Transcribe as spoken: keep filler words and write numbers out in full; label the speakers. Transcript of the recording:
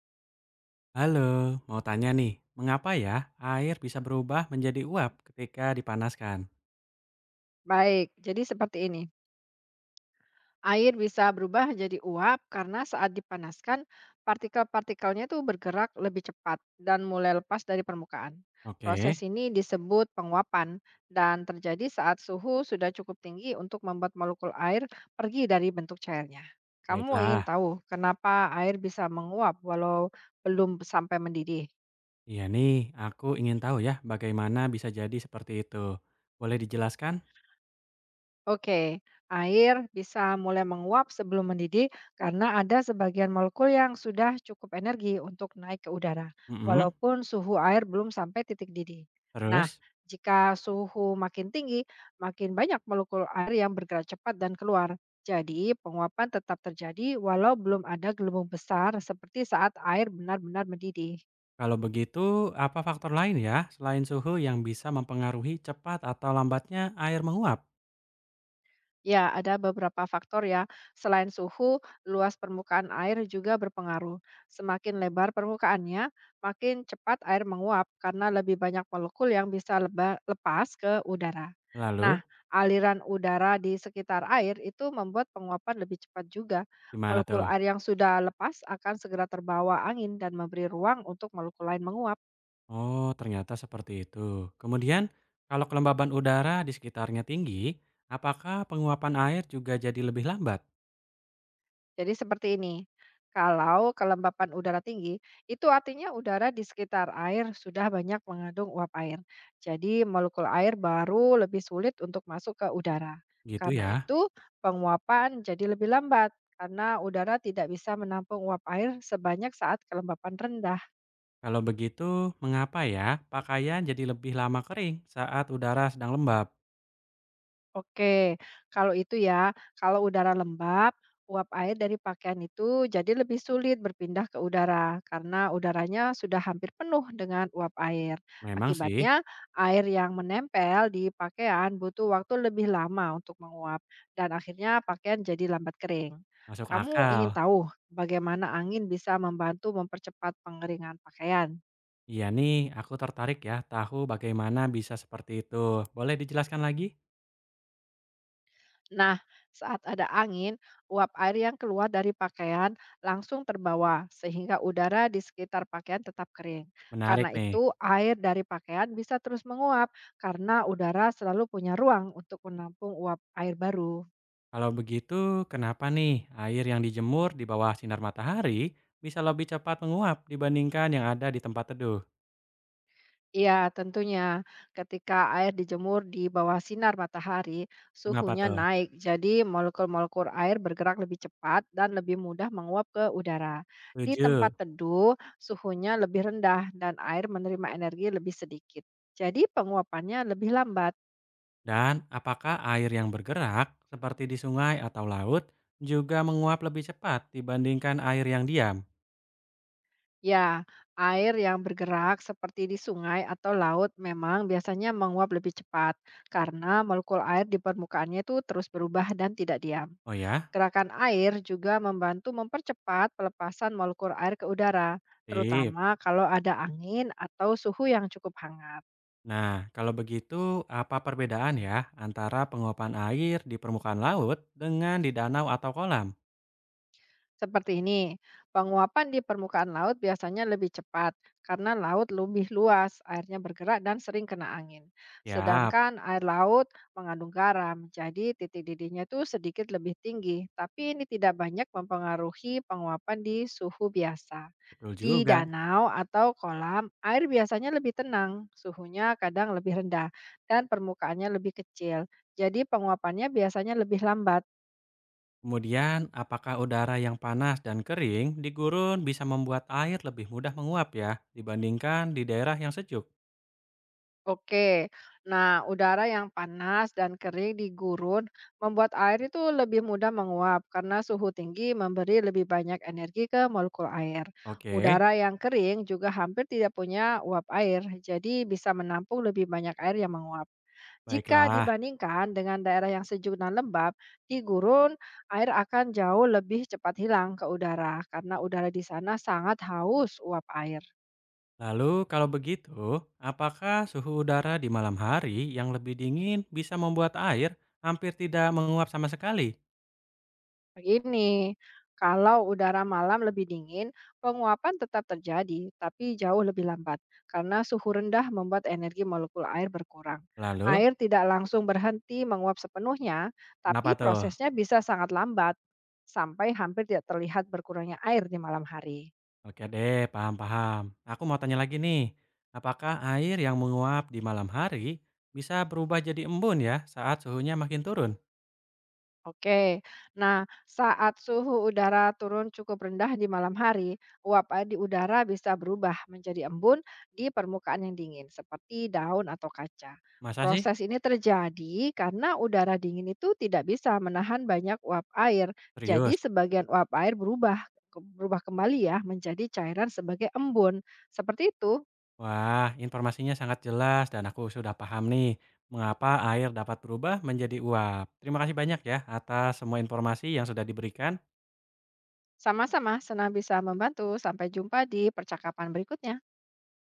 Speaker 1: Halo, mau tanya nih, mengapa ya air bisa berubah menjadi uap ketika dipanaskan?
Speaker 2: Baik, jadi seperti ini. Air bisa berubah jadi uap karena saat dipanaskan, partikel-partikelnya itu bergerak lebih cepat dan mulai lepas dari permukaan. Proses
Speaker 1: Oke,
Speaker 2: ini disebut penguapan dan terjadi saat suhu sudah cukup tinggi untuk membuat molekul air pergi dari bentuk cairnya. Kamu ingin
Speaker 1: baiklah.
Speaker 2: tahu kenapa air bisa menguap walau belum sampai mendidih?
Speaker 1: Iya nih, aku ingin tahu ya bagaimana bisa jadi seperti itu. Boleh dijelaskan?
Speaker 2: Oke, air bisa mulai menguap sebelum mendidih karena ada sebagian molekul yang sudah cukup energi untuk naik ke udara,
Speaker 1: Mm-mm.
Speaker 2: walaupun suhu air belum sampai titik didih. Nah,
Speaker 1: Terus,
Speaker 2: jika suhu makin tinggi, makin banyak molekul air yang bergerak cepat dan keluar. Jadi, penguapan tetap terjadi walau belum ada gelembung besar seperti saat air benar-benar mendidih.
Speaker 1: kalau begitu, apa faktor lain ya selain suhu yang bisa mempengaruhi cepat atau lambatnya air menguap?
Speaker 2: Ya, ada beberapa faktor ya. Selain suhu, luas permukaan air juga berpengaruh. Semakin lebar permukaannya, makin cepat air menguap karena lebih banyak molekul yang bisa leba- lepas ke udara.
Speaker 1: Lalu,
Speaker 2: Nah, aliran udara di sekitar air itu membuat penguapan lebih cepat juga.
Speaker 1: gimana
Speaker 2: Molekul
Speaker 1: tuh?
Speaker 2: air yang sudah lepas akan segera terbawa angin dan memberi ruang untuk molekul lain menguap.
Speaker 1: Oh, ternyata seperti itu. Kemudian, kalau kelembaban udara di sekitarnya tinggi, apakah penguapan air juga jadi lebih lambat?
Speaker 2: Jadi seperti ini, kalau kelembapan udara tinggi, itu artinya udara di sekitar air sudah banyak mengandung uap air. Jadi molekul air baru lebih sulit untuk masuk ke udara.
Speaker 1: Gitu
Speaker 2: Karena
Speaker 1: ya.
Speaker 2: itu, penguapan jadi lebih lambat karena udara tidak bisa menampung uap air sebanyak saat kelembapan rendah.
Speaker 1: Kalau begitu, mengapa ya pakaian jadi lebih lama kering saat udara sedang lembab?
Speaker 2: Oke, kalau itu ya, kalau udara lembab, uap air dari pakaian itu jadi lebih sulit berpindah ke udara karena udaranya sudah hampir penuh dengan uap air.
Speaker 1: Memang sih,
Speaker 2: Akibatnya, air yang menempel di pakaian butuh waktu lebih lama untuk menguap dan akhirnya pakaian jadi lambat kering.
Speaker 1: masuk
Speaker 2: Kamu ingin
Speaker 1: akal.
Speaker 2: tahu bagaimana angin bisa membantu mempercepat pengeringan pakaian?
Speaker 1: Iya nih, aku tertarik ya tahu bagaimana bisa seperti itu. Boleh dijelaskan lagi?
Speaker 2: Nah, saat ada angin, uap air yang keluar dari pakaian langsung terbawa, sehingga udara di sekitar pakaian tetap kering.
Speaker 1: Menarik
Speaker 2: Karena
Speaker 1: nih.
Speaker 2: itu, air dari pakaian bisa terus menguap, karena udara selalu punya ruang untuk menampung uap air baru.
Speaker 1: Kalau begitu, kenapa nih air yang dijemur di bawah sinar matahari bisa lebih cepat menguap dibandingkan yang ada di tempat teduh?
Speaker 2: Iya, tentunya. Ketika air dijemur di bawah sinar matahari,
Speaker 1: Kenapa
Speaker 2: suhunya
Speaker 1: tuh?
Speaker 2: naik. Jadi, molekul-molekul air bergerak lebih cepat dan lebih mudah menguap ke udara. Di
Speaker 1: Setuju.
Speaker 2: tempat teduh, suhunya lebih rendah dan air menerima energi lebih sedikit. Jadi, penguapannya lebih lambat.
Speaker 1: Dan apakah air yang bergerak seperti di sungai atau laut juga menguap lebih cepat dibandingkan air yang diam?
Speaker 2: Ya, air yang bergerak seperti di sungai atau laut memang biasanya menguap lebih cepat karena molekul air di permukaannya itu terus berubah dan tidak diam.
Speaker 1: Oh ya,
Speaker 2: Gerakan air juga membantu mempercepat pelepasan molekul air ke udara,
Speaker 1: sip.
Speaker 2: terutama kalau ada angin atau suhu yang cukup hangat.
Speaker 1: Nah, kalau begitu apa perbedaan ya antara penguapan air di permukaan laut dengan di danau atau kolam?
Speaker 2: Seperti ini, penguapan di permukaan laut biasanya lebih cepat karena laut lebih luas, airnya bergerak dan sering kena angin.
Speaker 1: Yap,
Speaker 2: Sedangkan air laut mengandung garam, jadi titik didihnya itu sedikit lebih tinggi, tapi ini tidak banyak mempengaruhi penguapan di suhu biasa.
Speaker 1: betul
Speaker 2: Di
Speaker 1: juga.
Speaker 2: danau atau kolam, air biasanya lebih tenang, suhunya kadang lebih rendah, dan permukaannya lebih kecil. Jadi penguapannya biasanya lebih lambat.
Speaker 1: Kemudian, apakah udara yang panas dan kering di gurun bisa membuat air lebih mudah menguap ya dibandingkan di daerah yang sejuk?
Speaker 2: Oke, nah udara yang panas dan kering di gurun membuat air itu lebih mudah menguap karena suhu tinggi memberi lebih banyak energi ke molekul air.
Speaker 1: Oke,
Speaker 2: Udara yang kering juga hampir tidak punya uap air, jadi bisa menampung lebih banyak air yang menguap. Jika
Speaker 1: baiklah.
Speaker 2: dibandingkan dengan daerah yang sejuk dan lembab, di gurun air akan jauh lebih cepat hilang ke udara karena udara di sana sangat haus uap air.
Speaker 1: Lalu kalau begitu, apakah suhu udara di malam hari yang lebih dingin bisa membuat air hampir tidak menguap sama sekali?
Speaker 2: Begini, kalau udara malam lebih dingin, penguapan tetap terjadi, tapi jauh lebih lambat karena suhu rendah membuat energi molekul air berkurang.
Speaker 1: Lalu,
Speaker 2: Air tidak langsung berhenti menguap sepenuhnya,
Speaker 1: kenapa
Speaker 2: tapi
Speaker 1: tuh?
Speaker 2: prosesnya bisa sangat lambat sampai hampir tidak terlihat berkurangnya air di malam hari.
Speaker 1: Oke deh, paham-paham. Aku mau tanya lagi nih, apakah air yang menguap di malam hari bisa berubah jadi embun ya saat suhunya makin turun?
Speaker 2: Oke, nah saat suhu udara turun cukup rendah di malam hari, uap air di udara bisa berubah menjadi embun di permukaan yang dingin, seperti daun atau kaca.
Speaker 1: Masa sih?
Speaker 2: Proses ini terjadi karena udara dingin itu tidak bisa menahan banyak uap air,
Speaker 1: Serius?
Speaker 2: jadi sebagian uap air berubah ke- berubah kembali ya menjadi cairan sebagai embun. Seperti itu,
Speaker 1: Wah, informasinya sangat jelas dan aku sudah paham nih mengapa air dapat berubah menjadi uap. Terima kasih banyak ya atas semua informasi yang sudah diberikan.
Speaker 2: sama-sama senang bisa membantu. Sampai jumpa di percakapan berikutnya.